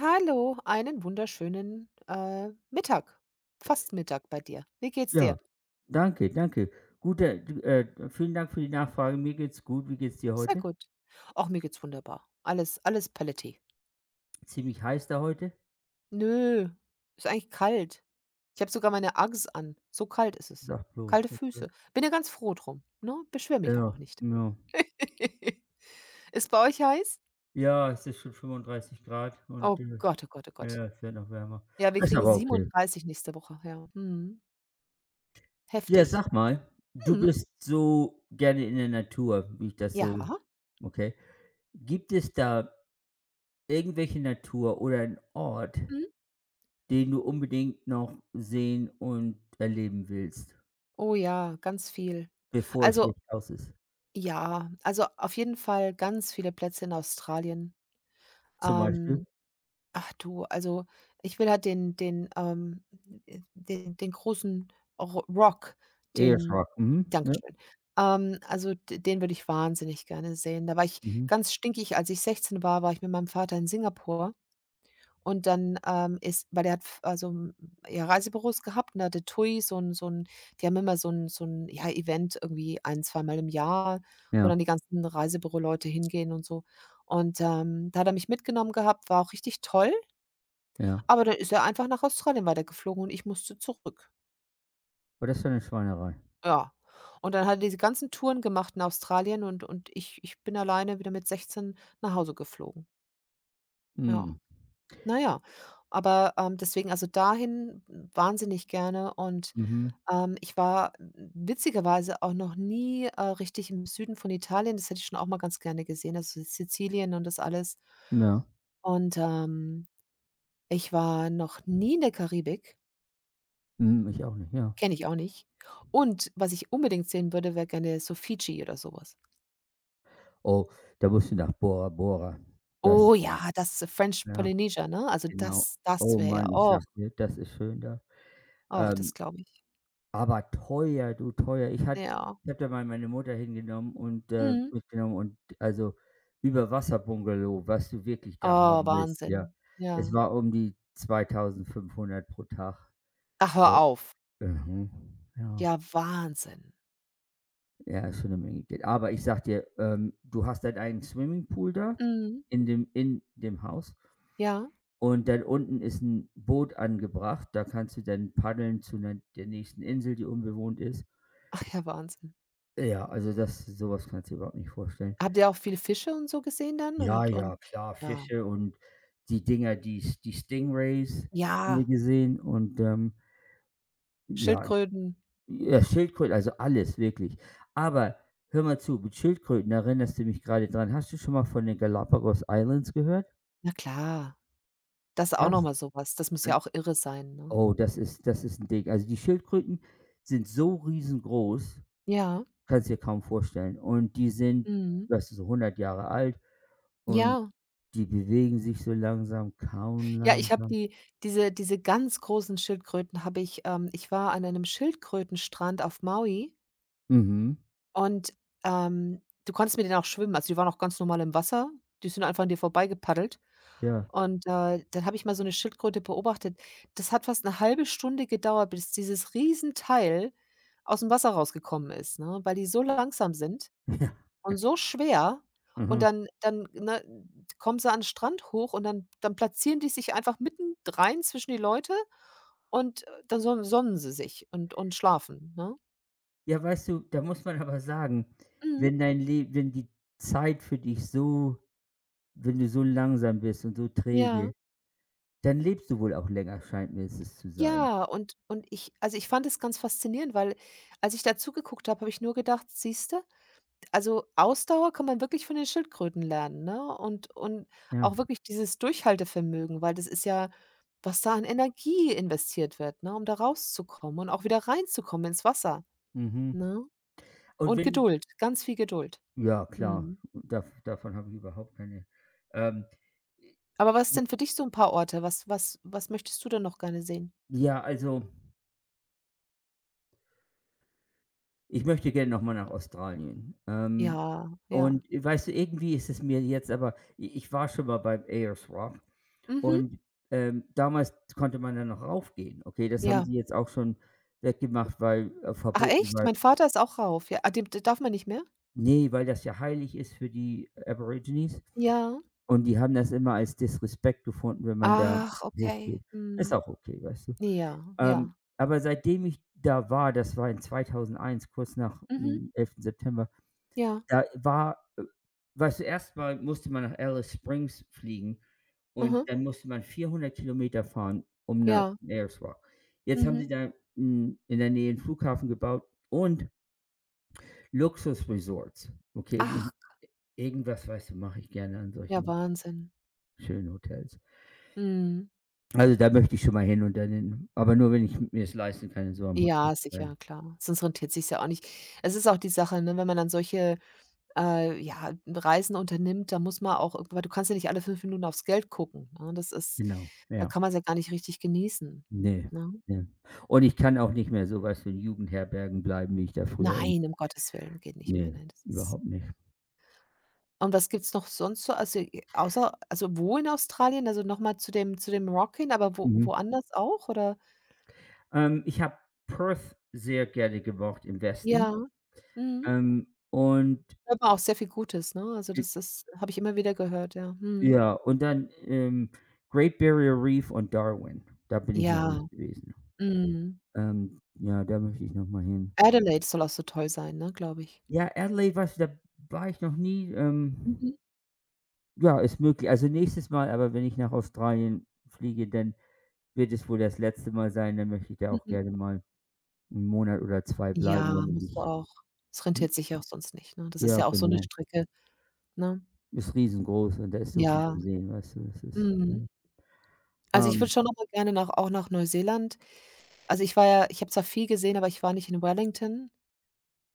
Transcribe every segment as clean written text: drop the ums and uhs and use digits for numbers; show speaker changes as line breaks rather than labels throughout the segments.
Hallo, einen wunderschönen, Mittag, fast Mittag bei dir. Wie geht's
Ja,
dir?
danke, danke. Guter, vielen Dank für die Nachfrage. Mir geht's gut. Wie geht's dir
Sehr
heute?
gut. Auch mir geht's wunderbar. Alles paletti.
Ziemlich heiß da heute?
Nö, ist eigentlich kalt. Ich habe sogar meine Uggs an. So kalt ist es.
Sag bloß.
Kalte
Okay.
Füße. Bin ja ganz froh drum, ne? Beschwere mich
Ja,
auch nicht.
ja.
Ist bei euch heiß?
Ja, es ist schon 35 Grad und
Oh Gott, oh Gott, oh Gott.
ja, es wird noch wärmer.
Ja, wir
Ist
kriegen
aber okay.
37 nächste Woche, ja. Mhm.
Ja,
Heftig.
sag mal, du
Mhm.
bist so gerne in der Natur, wie ich das
Ja.
so okay. Gibt es da irgendwelche Natur oder einen Ort,
Mhm.
den du unbedingt noch sehen und erleben willst,
Oh ja, ganz viel.
bevor es
Also
Licht aus ist?
Ja, also auf jeden Fall ganz viele Plätze in Australien.
Zum Beispiel?
Ähm, ach du, also ich will halt den großen Ro Rock, den.
Eheschlag. Mhm. Ja.
Dankeschön. Also d den würde ich wahnsinnig gerne sehen. Da war ich
Mhm.
ganz stinkig, als ich 16 war, war ich mit meinem Vater in Singapur. Und dann, ist, weil der hat f also, ja, Reisebüros gehabt, und da hatte TUI so ein, die haben immer so ein, ja, Event irgendwie ein zweimal im Jahr, wo
Ja,
dann die ganzen Reisebüroleute hingehen und so. Und, da hat er mich mitgenommen gehabt, war auch richtig toll,
ja.
aber dann ist er einfach nach Australien weitergeflogen und ich musste zurück.
Aber das ist ja 'ne Schweinerei.
Ja. Und dann hat er diese ganzen Touren gemacht in Australien, und ich bin alleine wieder mit 16 nach Hause geflogen. Ja.
Mhm.
Na ja, aber, deswegen also dahin wahnsinnig gerne, und,
Mhm.
ich war w witzigerweise auch noch nie, richtig im Süden von Italien. Das hätte ich schon auch mal ganz gerne gesehen, also Sizilien und das alles.
Ja.
Und, ich war noch nie in der Karibik,
Mhm, ich auch nicht, ja.
kenne ich auch nicht. Und was ich unbedingt sehen würde, wäre gerne so Fidschi oder sowas.
Oh, da musst du nach Bora Bora. Das
Oh ja, das French
ja,
Polynesia, ne? Also
genau.
das
Oh
wäre, ja.
Mann, ich
Oh,
sage dir, das ist schön da.
och, das
Ähm,
glaube ich.
aber teuer, du teuer.
Ja.
Ich habe da mal meine Mutter hingenommen und,
Mhm.
mitgenommen und also Überwasser-Bungalow, was du wirklich da
Oh,
haben willst, ja.
Wahnsinn.
Es
Ja.
war um die 2.500 pro Tag.
Ach, hör
Ja.
auf.
Mhm. Ja.
Ja, Wahnsinn.
Ja, ist schon eine Menge Geld. Aber ich sag dir, du hast deinen eigenen Swimmingpool da
Mhm.
in dem Haus
Ja.
und dann unten ist ein Boot angebracht. Da kannst du dann paddeln zu 'ner der nächsten Insel, die unbewohnt ist.
Ach ja, Wahnsinn.
Ja, also das sowas kannst du dir überhaupt nicht vorstellen.
Habt ihr auch viele Fische und so gesehen dann
Ja,
und und
ja, klar,
ja.
Fische und die Dinger, die Stingrays haben wir
Ja,
gesehen und, ja.
Schildkröten.
Ja, Schildkröten, also alles, wirklich. Aber hör mal zu, mit Schildkröten da erinnerst du mich gerade dran. Hast du schon mal von den Galapagos Islands gehört?
Na klar, das ist auch noch
Das
mal so was. Das muss ja
al
auch irre sein, ne?
Oh, das ist ein Ding. Also, die Schildkröten sind so riesengroß,
Ja,
kannst dir kaum vorstellen. Und die sind,
mhm.
weißt du, so 100 Jahre alt und
Ja.
die bewegen sich so langsam, kauen
Ja, ich habe
langsam.
die diese ganz großen Schildkröten habe ich, ich war an einem Schildkrötenstrand auf Maui
Mhm,
und, du konntest mit denen auch schwimmen. Also, die waren auch ganz normal im Wasser. Die sind einfach an dir vorbeigepaddelt.
ja,
Und, dann habe ich mal so eine Schildkröte beobachtet. Das hat fast eine halbe Stunde gedauert, bis dieses Riesenteil aus dem Wasser rausgekommen ist, ne, weil die so langsam sind
ja,
und so schwer, und
mhm.
dann, ne, kommen sie an den Strand hoch, und dann platzieren die sich einfach mitten rein zwischen die Leute und, dann sonnen sie sich und schlafen, ne?
Ja, weißt du, da muss man aber sagen,
Mhm.
wenn dein Leben, wenn die Zeit für dich so wenn du so langsam bist und so
Ja.
träge, dann lebst du wohl auch länger, scheint mir es zu sein.
Ja, und ich, also, ich fand es ganz faszinierend, weil, als ich da zugeguckt habe, habe ich nur gedacht: „Siehst du? Also, Ausdauer kann man wirklich von den Schildkröten lernen, ne? Und
Ja,
auch wirklich dieses Durchhaltevermögen, weil das ist ja, was da an Energie investiert wird, ne, um da rauszukommen und auch wieder reinzukommen ins Wasser,
mhm.
ne?
Und
Und
wenn
Geduld, ganz viel Geduld.
ja klar,
Mhm.
davon habe ich überhaupt keine ähm,
Aber was
j
denn für dich so ein paar Orte? Was was was möchtest du denn noch gerne sehen?
ja, also, ich möchte gerne noch mal nach Australien.
Ja, ja.
Und weißt du, irgendwie ist es mir jetzt aber i ich war schon mal beim Ayers Rock
Mhm.
und, damals konnte man da noch raufgehen. Okay, das haben
Ja.
sie jetzt auch schon weggemacht, weil
Ach
verboten,
echt? Mein
weil
Vater ist auch rauf. Ja, ah, dem, d darf man nicht mehr?
ne, weil das ja heilig ist für die Aborigines
Ja.
und die haben das immer als Disrespect gefunden, wenn man da
Ach, okay.
hochgeht. Ist
Mhm.
auch okay, weißt du?
Ja, ja.
Aber seitdem ich da war, das war in 2001, kurz nach
Mhm.
dem 11. September,
Ja.
da war weißt du, erst mal musste man nach Alice Springs fliegen und
Mhm.
dann musste man 400 Kilometer fahren, um nach
Ja,
zum Airstrip. Jetzt haben
mhm.
sie da 'n in der Nähe 'n Flughafen gebaut und Luxusresorts, okay?
Ach,
Irgendwas, weißt du, mache ich gerne an
ja,
solchen
Wahnsinn.
schönen Hotels.
Mhm.
Also, da möchte ich schon mal hin und dann in aber nur, wenn ich mir es leisten kann, in so einem Hotel
Ja,
zu
sicher,
bleiben.
klar. Sonst rentiert sich's ja auch nicht. Es ist auch die Sache, ne, wenn man dann solche, ja, Reisen unternimmt, da muss man auch, irgendw weil du kannst ja nicht alle 5 Minuten aufs Geld gucken, ne? Das ist,
Genau,
da
ja.
kann man es ja gar nicht richtig genießen,
Ne,
ne?
ne. Und ich kann auch nicht mehr so, weißt du, in Jugendherbergen bleiben, wie ich da früher und
Nein, um Gottes Willen, geht nicht mehr,
ne,
ne? Das ist,
überhaupt nicht.
und was gibt's noch sonst so, also, außer also, wo in Australien? Also, noch mal zu dem Rock, aber wo
Mhm.
woanders auch, oder?
Ich habe Perth sehr gerne gemocht im Westen,
Ja, mhm.
und
Hört man auch sehr viel Gutes, ne? Also,
j
das habe ich immer wieder gehört, ja. Mhm.
ja, und dann, Great Barrier Reef und Darwin. Da bin ich noch
Ja,
nicht gewesen.
mhm.
Ja, da möchte ich noch mal hin.
Adelaide soll auch so toll sein, ne, glaube ich.
Ja, Adelaide war's da war ich noch nie.
Mhm,
Ja, ist möglich. Also, nächstes Mal aber, wenn ich nach Australien fliege, dann wird es wohl das letzte Mal sein. Dann möchte ich da auch
mhm.
gerne mal 'n Monat oder 2 bleiben,
Ja,
damit
musst du
ich
auch. Es
hm,
rentiert sich ja auch sonst nicht, ne? Das ist
ja,
ja auch so 'ne
genau.
Strecke, ne?
Ist riesengroß und da ist so viel
Ja,
zu sehen, weißt du? Das ist,
mhm. Also, ich würde
ähm,
schon noch mal gerne nach, auch nach Neuseeland. Also, ich war ja, ich habe zwar viel gesehen, aber ich war nicht in Wellington,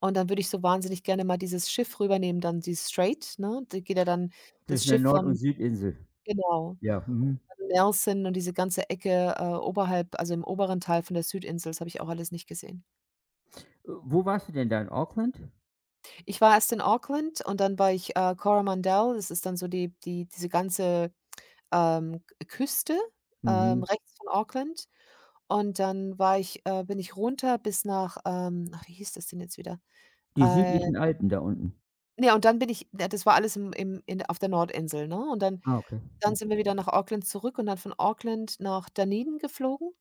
und dann würde ich so wahnsinnig gerne mal dieses Schiff rübernehmen, dann dieses Strait, ne? Da geht ja dann das
zwischen der
Schiff
Nord
von,
und Südinsel.
genau.
Ja, mhm.
Nelson und diese ganze Ecke, oberhalb, also im oberen Teil von der Südinsel, das habe ich auch alles nicht gesehen.
Wo warst du denn da? In Auckland?
Ich war erst in Auckland und dann war ich, Coromandel, das ist dann so diese ganze, K Küste,
Mhm.
rechts von Auckland. Und dann war ich bin ich runter bis nach, ach, wie hieß das denn jetzt wieder?
Die
Äh,
südlichen Alpen da unten.
ne, und dann bin ich, ja, das war alles im im in, auf der Nordinsel, ne? Und dann
Ah, okay.
dann
Ja.
sind wir wieder nach Auckland zurück und dann von Auckland nach Dunedin geflogen.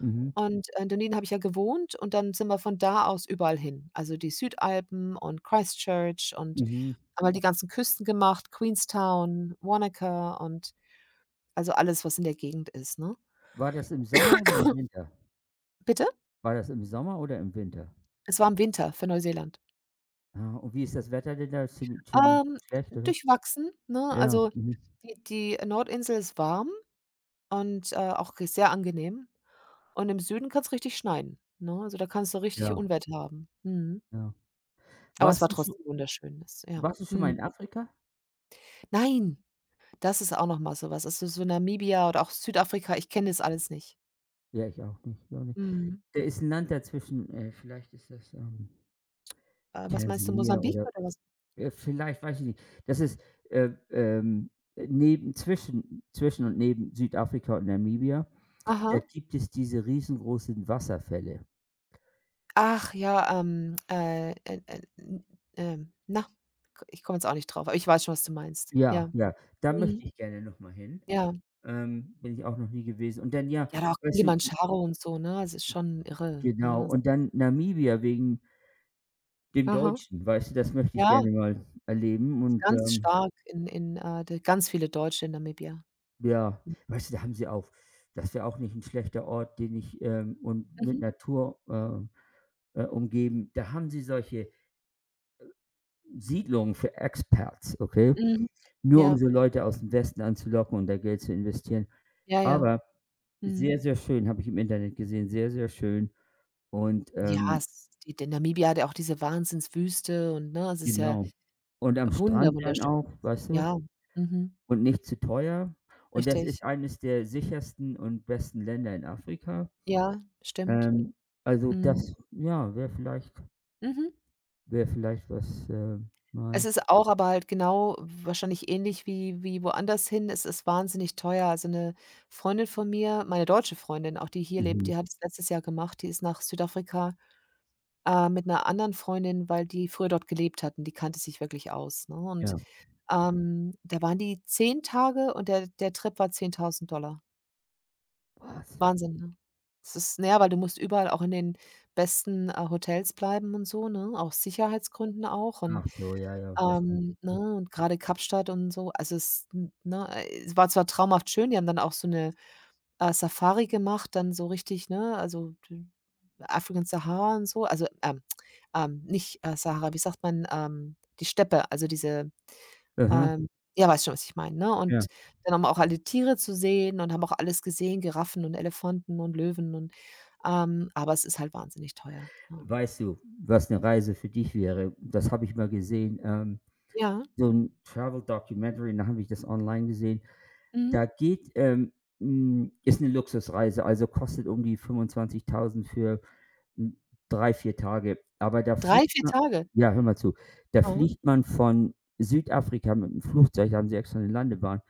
Mhm,
Und in Dunedin habe ich ja gewohnt, und dann sind wir von da aus überall hin. Also, die Südalpen und Christchurch und
mhm.
einmal die ganzen Küsten gemacht, Queenstown, Wanaka und also alles, was in der Gegend ist, ne?
War das im Sommer oder im Winter?
Bitte?
War das im Sommer oder im Winter?
Es war im Winter für Neuseeland.
Ah, und wie ist das Wetter denn da? Ziemlich ziemlich
Ähm,
schlecht, oder?
durchwachsen, ne?
Ja,
Also,
mhm,
die Nordinsel ist warm und, auch sehr angenehm. Und im Süden kann es richtig schneien, ne? Also, da kannst du richtig
ja,
Unwetter haben. Mhm.
ja.
Aber es war
Warst du schon?
trotzdem wunderschön, das, ja.
Warst du schon mal in
Mhm.
Afrika?
Nein. Das ist auch noch mal so was. Also, so Namibia oder auch Südafrika, ich kenne das alles nicht.
Ja, ich auch nicht, ich auch nicht.
Mhm.
Da ist ein Land dazwischen, vielleicht ist das,
Was meinst du,
Tansania
Mosambik
oder,
oder was?
vielleicht, weiß ich nicht. Das ist, äh, ähm, neben zwischen und neben Südafrika und Namibia, da
Aha.
gibt es diese riesengroßen Wasserfälle.
Ach ja, n na, k ich komme jetzt auch nicht drauf, aber ich weiß schon, was du meinst. Ja.
Ja, ja, da möchte
Mhm.
ich gerne noch mal hin.
Ja.
Bin ich auch noch nie gewesen. Und dann, ja,
Ja, da auch
weißt du,
Kilimandscharo und so, ne? Es ist schon irre,
genau,
ne?
und dann Namibia wegen dem
Aha.
Deutschen, weißt du, das möchte ich
Ja,
gerne mal erleben
ist
und,
ganz stark, in, de ganz viele Deutsche in Namibia.
ja,
Mhm.
weißt du, da haben sie auch das wäre auch nicht ein schlechter Ort, den ich, und mit
Mhm,
Natur, umgeben. Da haben sie solche Siedlungen für Expats, okay?
mhm.
Nur um
Ja,
so Leute aus dem Westen anzulocken und da Geld zu investieren.
ja, ja.
Aber
Mhm.
sehr, sehr schön, habe ich im Internet gesehen, sehr, sehr schön und,
Ja, es die der Namibia hat ja auch diese Wahnsinnswüste und, ne, es ist ja
genau. Und am
wunder
Strand dann
wunderschön.
auch, weißt du?
Ja, mhm,
Und nicht zu teuer. Und das ist
richtig.
eines der sichersten und besten Länder in Afrika.
Ja, stimmt.
Ähm, also
Mhm,
das, ja,
mhm.
wäre vielleicht was,
Es
mal
ist auch, aber halt genau, wahrscheinlich ähnlich wie woanders hin. Es ist wahnsinnig teuer. Also, 'ne Freundin von mir, meine deutsche Freundin, auch die hier lebt,
mhm,
die hat es letztes Jahr gemacht. Die ist nach Südafrika, mit 'ner anderen Freundin, weil die früher dort gelebt hatten. Die kannte sich wirklich aus, ne? Und,
ja.
da waren die 10 Tage, und der Trip war 10.000 Dollar.
Was?
Wahnsinn, ne? Es ist, na ja, weil du musst überall auch in den besten, Hotels bleiben und so, ne? Aus Sicherheitsgründen auch, und,
Ach so, ja, ja, das mhm.
ne, und grade Kapstadt und so. Also, es n ne, es war zwar traumhaft schön, die haben dann auch so 'ne, Safari gemacht, dann so richtig, ne, also, d African Sahara und so, also, nicht, Sahara, wie sagt man, die Steppe, also diese,
Mhm,
ähm, ja, weißt schon, was ich meine, ne? Und
ja.
dann haben wir auch alle Tiere zu sehen und haben auch alles gesehen, Giraffen und Elefanten und Löwen, aber es ist halt wahnsinnig teuer, ne?
Weißt du, was eine Reise für dich wäre? Das habe ich mal gesehen,
Ja,
so ein Travel Documentary, und da habe ich das online gesehen.
mhm.
Da geht, ist eine Luxusreise, also kostet um die 25.000 für, hm, 3, 4 Tage. Aber da
3,
fliegt
4
man
Tage.
ja, hör mal zu. Da
Aha,
fliegt man von Südafrika mit einem Flugzeug, da haben sie extra eine Landebahn,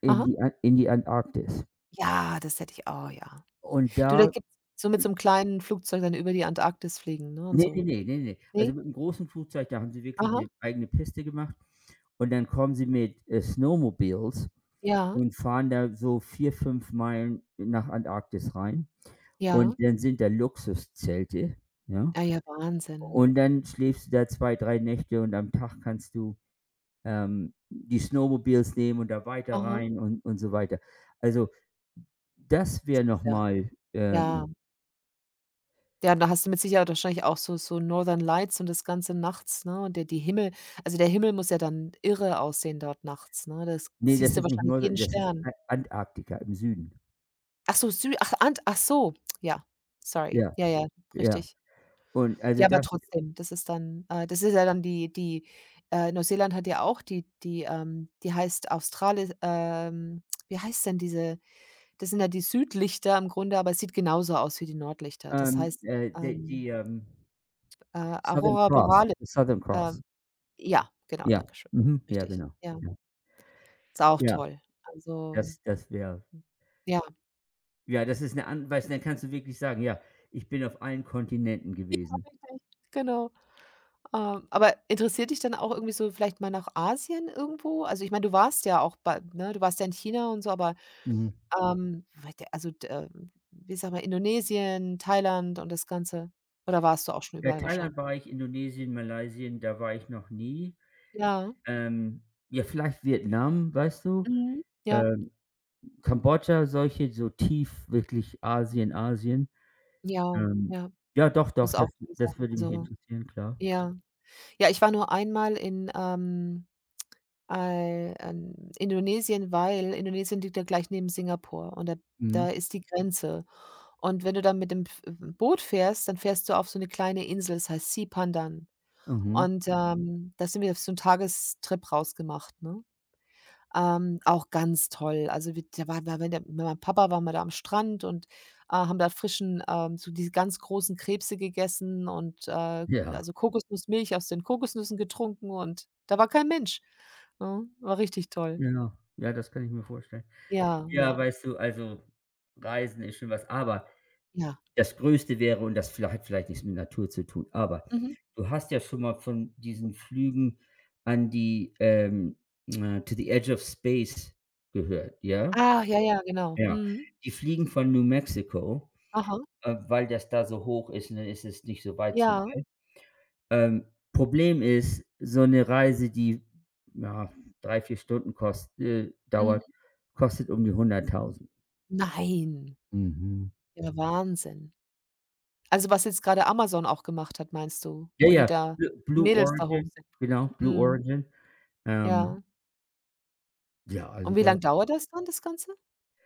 in
aha.
die An in die Antarktis.
Ja, das hätte ich, oh ja.
Und
Du, da
da
gibt's so, mit so 'nem kleinen Flugzeug dann über die Antarktis fliegen, ne, und
ne, ne,
so.
ne, ne, ne.
Ne?
Also, mit 'nem großen Flugzeug, da haben sie wirklich
Aha.
'ne eigene Piste gemacht und dann kommen sie mit, Snowmobiles
Ja,
und fahren da so 4, 5 Meilen nach Antarktis rein
ja.
und dann sind da Luxuszelte, ja?
Ah ja, Wahnsinn.
Und dann schläfst du da 2, 3 Nächte und am Tag kannst du, die Snowmobiles nehmen und da weiter
Aha.
rein und so weiter. Also, das
Das
wäre
ist,
noch
ja,
mal,
ja. Ja, da hast du mit Sicherheit wahrscheinlich auch so Northern Lights und das Ganze nachts, ne? Und der Himmel muss ja dann irre aussehen dort nachts, ne? Das
ne,
siehst
das
du
ist nicht
wahrscheinlich,
neu,
jeden
das ist
Stern.
A Antarktika im Süden.
Ach so, Sü ach, Ant ach so, ja, sorry.
Ja,
Ja, ja,
ja.
richtig.
Und also
Ja, aber
das,
trotzdem, das ist dann, das ist ja dann, die die Neuseeland hat ja auch die die heißt Australis, wie heißt denn diese, das sind ja die Südlichter im Grunde, aber es sieht genauso aus wie die Nordlichter. Das heißt,
d
ähm,
die, Southern
Aurora
Cross,
Borealis,
Southern
ähm
Cross.
ja, genau,
Ja,
Dankeschön.
mhm, ja,
Richtig,
genau.
ja.
Ja,
Ist auch
ja,
toll. Also,
das wäre
ja,
ja, das ist eine an weißt dann kannst du wirklich sagen: „Ja, ich bin auf allen Kontinenten gewesen.“
richtig, genau. Aber interessiert dich dann auch irgendwie so vielleicht mal nach Asien irgendwo? Also, ich meine, du warst ja in China und so, aber,
Mhm.
weit, also, d wie sage mal, Indonesien, Thailand und das Ganze? Oder warst du auch schon
Ja,
überall wahrscheinlich?
Thailand war ich, Indonesien, Malaysia, da war ich noch nie.
Ja,
Ähm, ja, vielleicht Vietnam, weißt du?
mhm, ja,
Ähm, Kambodscha, solche so tief wirklich Asien, Asien.
ja,
Ähm,
ja.
ja, doch, doch,
Muss auch
das
schön
das
sein.
würde mich
Also,
interessieren, klar.
ja. Ja, ich war nur einmal in, Ei Indonesien, weil Indonesien liegt ja gleich neben Singapur, und da, da
Mhm,
ist die Grenze. Und wenn du dann mit dem, F Boot fährst, dann fährst du auf so eine kleine Insel, das heißt Sipandang.
mhm.
Und, da sind wir auf so einen Tagestrip rausgemacht, ne? Auch ganz toll. Also, wir da waren wir wenn der, mit meinem Papa waren wir da am Strand und, haben da frischen, so diese ganz großen Krebse gegessen und,
Ja,
also, Kokosnussmilch aus den Kokosnüssen getrunken, und da war kein Mensch, ne? War richtig toll.
genau. Ja, das kann ich mir vorstellen.
Ja, ja,
Ja, weißt du, also Reisen ist schon was, aber
ja.
das Größte wäre und das vielleicht hat vielleicht nichts mit Natur zu tun, aber
Mhm.
du hast ja schon mal von diesen Flügen an die, to the edge of space gehört, ja?
Ah, ja, ja, genau.
Ja.
Mhm.
Die fliegen von New Mexico,
Aha.
weil das da so hoch ist und dann ist es nicht so weit zum
Ja.
Ähm, Problem ist, so eine Reise, die, ja, 3, 4 Stunden kost
Mhm.
dauert, kostet um die 100.000.
Nein.
Mhm.
Ja, Wahnsinn. Also, was jetzt gerade Amazon auch gemacht hat, meinst du,
Ja,
wo die
ja,
da
Bl
die
Blue
Mädels da hoch
Origin,
sind?
genau, Blue
Mhm.
Origin. Ähm,
Ja.
ja,
Und
also
wie
da
lang dauert das dann, das Ganze?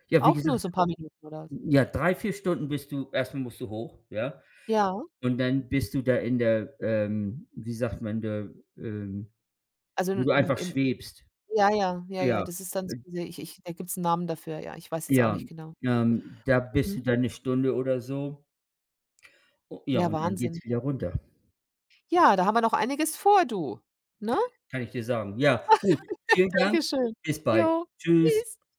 ja, wie
Auch nur so
gesagt,
'n paar Minuten oder was?
ja, 3, 4 Stunden bist du erstmal musst du hoch, ja?
Ja,
Und dann bist du da in der, wie sagt man, der, ähm
also n
wo du
n
einfach
im
schwebst.
ja, ja, ja, ja,
Ja,
das ist dann so,
äh,
diese ich ich da gibt's 'n Namen dafür, ja, ich weiß jetzt auch
ja,
nicht genau.
da
Mhm.
bist du dann eine Stunde oder so. O ja,
Ja,
und dann
Wahnsinn.
geht's wieder runter,
Ja, da haben wir noch einiges vor, du, ne?
kann ich dir sagen. Ja, gut, vielen Dank.
Dankeschön.
Bis bald.
Jo,
Tschüss.
tschüss.